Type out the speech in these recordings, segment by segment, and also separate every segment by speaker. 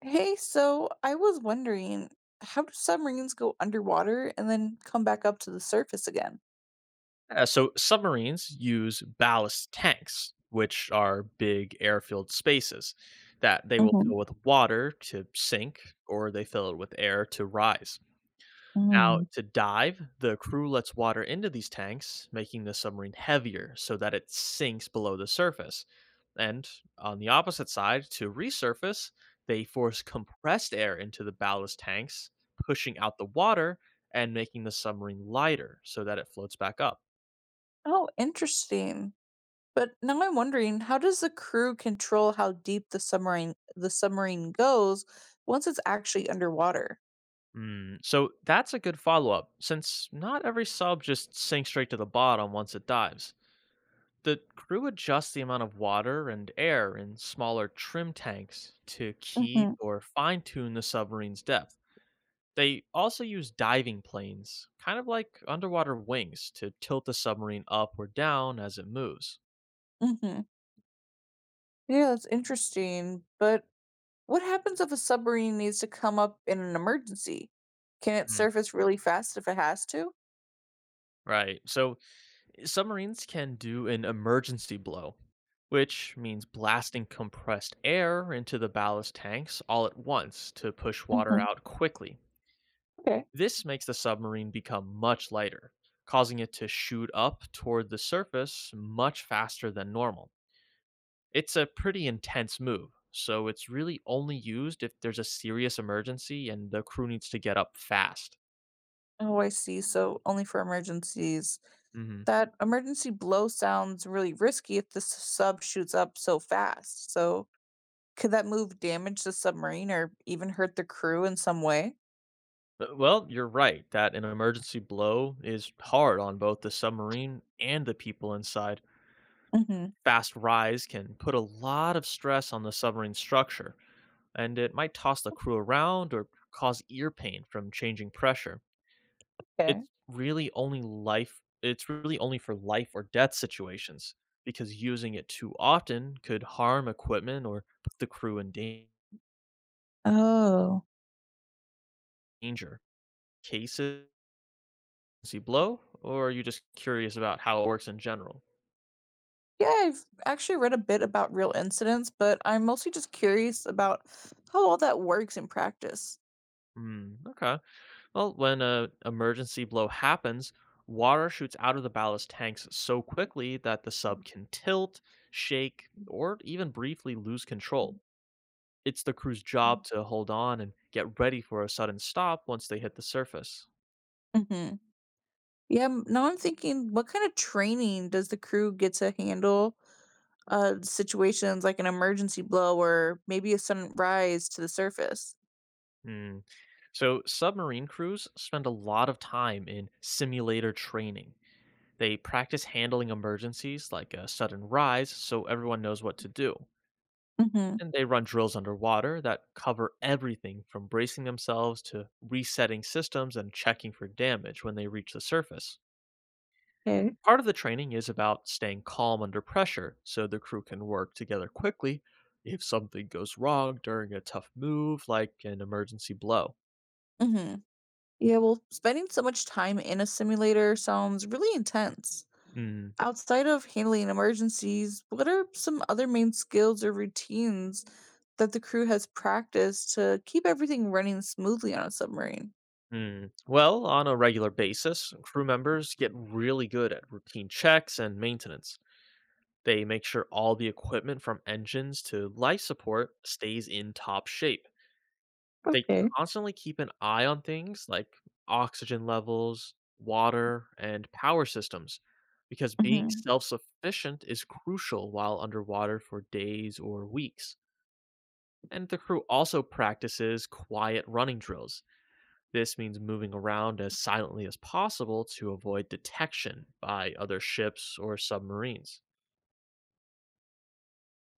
Speaker 1: Hey, so I was wondering, how do submarines go underwater and then come back up to the surface again?
Speaker 2: So submarines use ballast tanks, which are big air-filled spaces that they will
Speaker 1: Hmm.
Speaker 2: fill with water to sink, or they fill it with air to rise. Now,
Speaker 1: Mm.
Speaker 2: to dive, the crew lets water into these tanks, making the submarine heavier so that it sinks below the surface. And on the opposite side, to resurface, they force compressed air into the ballast tanks, pushing out the water and making the submarine lighter so that it floats back up.
Speaker 1: Oh, interesting. But now I'm wondering, how does the crew control how deep the submarine goes once it's actually underwater?
Speaker 2: So that's a good follow up, since not every sub just sinks straight to the bottom once it dives. The crew adjusts the amount of water and air in smaller trim tanks to keep
Speaker 1: Hmm.
Speaker 2: or fine tune the submarine's depth. They also use diving planes, kind of like underwater wings, to tilt the submarine up or down as it moves.
Speaker 1: Hmm. Yeah, that's interesting. But what happens if a submarine needs to come up in an emergency? Can it
Speaker 2: Mm,
Speaker 1: surface really fast if it has to?
Speaker 2: Right, so submarines can do an emergency blow, which means blasting compressed air into the ballast tanks all at once to push water
Speaker 1: Hmm.
Speaker 2: out quickly.
Speaker 1: Okay.
Speaker 2: This makes the submarine become much lighter, causing it to shoot up toward the surface much faster than normal. It's a pretty intense move, so it's really only used if there's a serious emergency and the crew needs to get up fast.
Speaker 1: Oh, I see. So only for emergencies.
Speaker 2: Mhm.
Speaker 1: That emergency blow sounds really risky if the sub shoots up so fast. So could that move damage the submarine or even hurt the crew in some way?
Speaker 2: Well, you're right that an emergency blow is hard on both the submarine and the people inside.
Speaker 1: Hmm.
Speaker 2: Fast rise can put a lot of stress on the submarine structure, and it might toss the crew around or cause ear pain from changing pressure.
Speaker 1: Okay.
Speaker 2: It's really only for life or death situations because using it too often could harm equipment or put the crew in
Speaker 1: Oh.
Speaker 2: danger. Cases see blow or are you just curious about how it works in general?
Speaker 1: Yeah, I've actually read a bit about real incidents, but I'm mostly just curious about how all that works in practice.
Speaker 2: Okay. Well, when a emergency blow happens, water shoots out of the ballast tanks so quickly that the sub can tilt, shake, or even briefly lose control. It's the crew's job to hold on and get ready for a sudden stop once they hit the surface.
Speaker 1: Hmm. Yeah, now I'm thinking, what kind of training does the crew get to handle situations like an emergency blow or maybe a sudden rise to the surface.
Speaker 2: Hmm. So, submarine crews spend a lot of time in simulator training. They practice handling emergencies like a sudden rise so everyone knows what to do.
Speaker 1: Hmm.
Speaker 2: And they run drills underwater that cover everything from bracing themselves to resetting systems and checking for damage when they reach the surface.
Speaker 1: Okay.
Speaker 2: Part of the training is about staying calm under pressure so the crew can work together quickly if something goes wrong during a tough move like an emergency blow.
Speaker 1: Hmm. Yeah, well, spending so much time in a simulator sounds really intense.
Speaker 2: Mm,
Speaker 1: Outside of handling emergencies, what are some other main skills or routines that the crew has practiced to keep everything running smoothly on a submarine?
Speaker 2: mm. Well, on a regular basis, crew members get really good at routine checks and maintenance. They make sure all the equipment from engines to life support stays in top shape. They
Speaker 1: Okay.
Speaker 2: constantly keep an eye on things like oxygen levels, water, and power systems because being
Speaker 1: Hmm.
Speaker 2: self sufficient is crucial while underwater for days or weeks. And the crew also practices quiet running drills. This means moving around as silently as possible to avoid detection by other ships or submarines.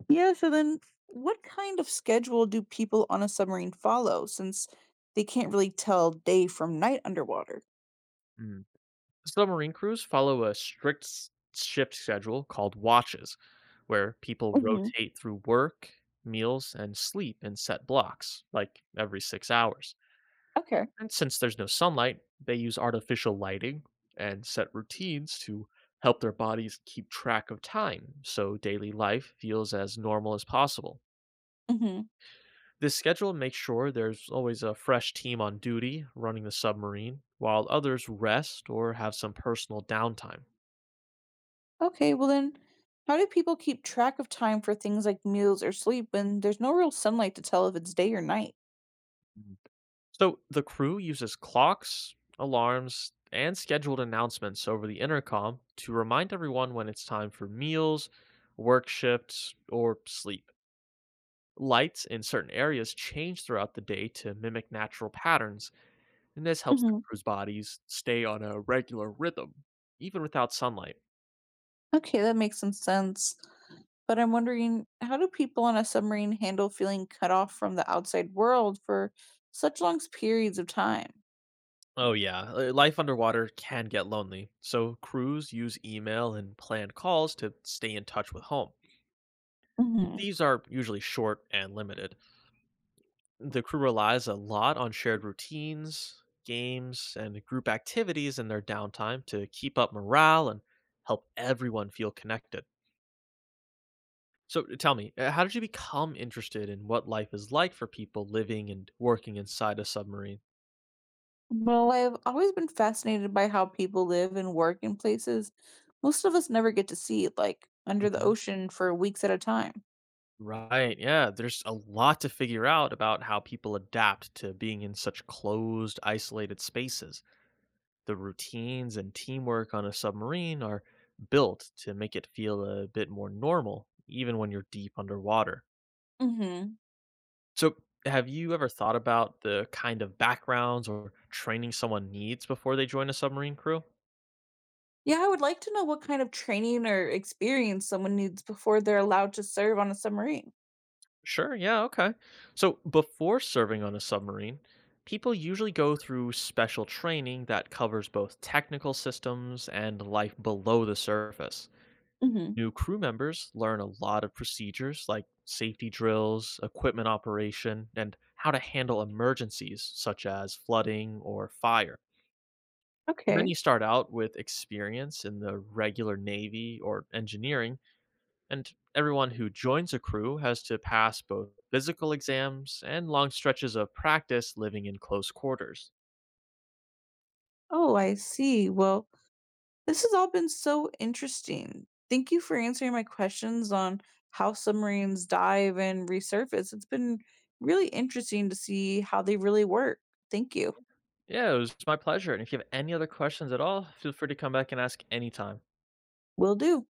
Speaker 1: Yeah, so then what kind of schedule do people on a submarine follow since they can't really tell day from night underwater?
Speaker 2: Mm. Submarine crews follow a strict shift schedule called watches, where people
Speaker 1: Hmm.
Speaker 2: rotate through work, meals, and sleep in set blocks, like every 6 hours.
Speaker 1: Okay.
Speaker 2: And since there's no sunlight, they use artificial lighting and set routines to help their bodies keep track of time so daily life feels as normal as possible.
Speaker 1: Hmm.
Speaker 2: This schedule makes sure there's always a fresh team on duty running the submarine, while others rest or have some personal downtime.
Speaker 1: Okay, well then, how do people keep track of time for things like meals or sleep when there's no real sunlight to tell if it's day or night?
Speaker 2: Mhm. So the crew uses clocks, alarms, and scheduled announcements over the intercom to remind everyone when it's time for meals, work shifts, or sleep. Lights in certain areas change throughout the day to mimic natural patterns, and this helps the
Speaker 1: Hmm.
Speaker 2: crew's bodies stay on a regular rhythm, even without sunlight.
Speaker 1: Okay, that makes some sense. But I'm wondering, how do people on a submarine handle feeling cut off from the outside world for such long periods of time?
Speaker 2: Oh, yeah, life underwater can get lonely, so crews use email and planned calls to stay in touch with home. These are usually short and limited. The crew relies a lot on shared routines, games, and group activities in their downtime to keep up morale and help everyone feel connected. So tell me, how did you become interested in what life is like for people living and working inside a submarine?
Speaker 1: Well, I've always been fascinated by how people live and work in places most of us never get to see, like under the
Speaker 2: Mhm.
Speaker 1: ocean for weeks at a time.
Speaker 2: Right. Yeah. There's a lot to figure out about how people adapt to being in such closed, isolated spaces. The routines and teamwork on a submarine are built to make it feel a bit more normal, even when you're deep underwater.
Speaker 1: Hmm.
Speaker 2: So, have you ever thought about the kind of backgrounds or training someone needs before they join a submarine crew?
Speaker 1: Yeah, I would like to know what kind of training or experience someone needs before they're allowed to serve on a submarine.
Speaker 2: Sure, yeah, okay. So before serving on a submarine, people usually go through special training that covers both technical systems and life below the surface.
Speaker 1: Hmm.
Speaker 2: New crew members learn a lot of procedures like safety drills, equipment operation, and how to handle emergencies such as flooding or fire.
Speaker 1: Okay.
Speaker 2: Many start out with experience in the regular Navy or engineering, and everyone who joins a crew has to pass both physical exams and long stretches of practice living in close quarters.
Speaker 1: Oh, I see. Well, this has all been so interesting. Thank you for answering my questions on how submarines dive and resurface. It's been really interesting to see how they really work. Thank you.
Speaker 2: Yeah, it was my pleasure. And if you have any other questions at all, feel free to come back and ask anytime.
Speaker 1: Will do.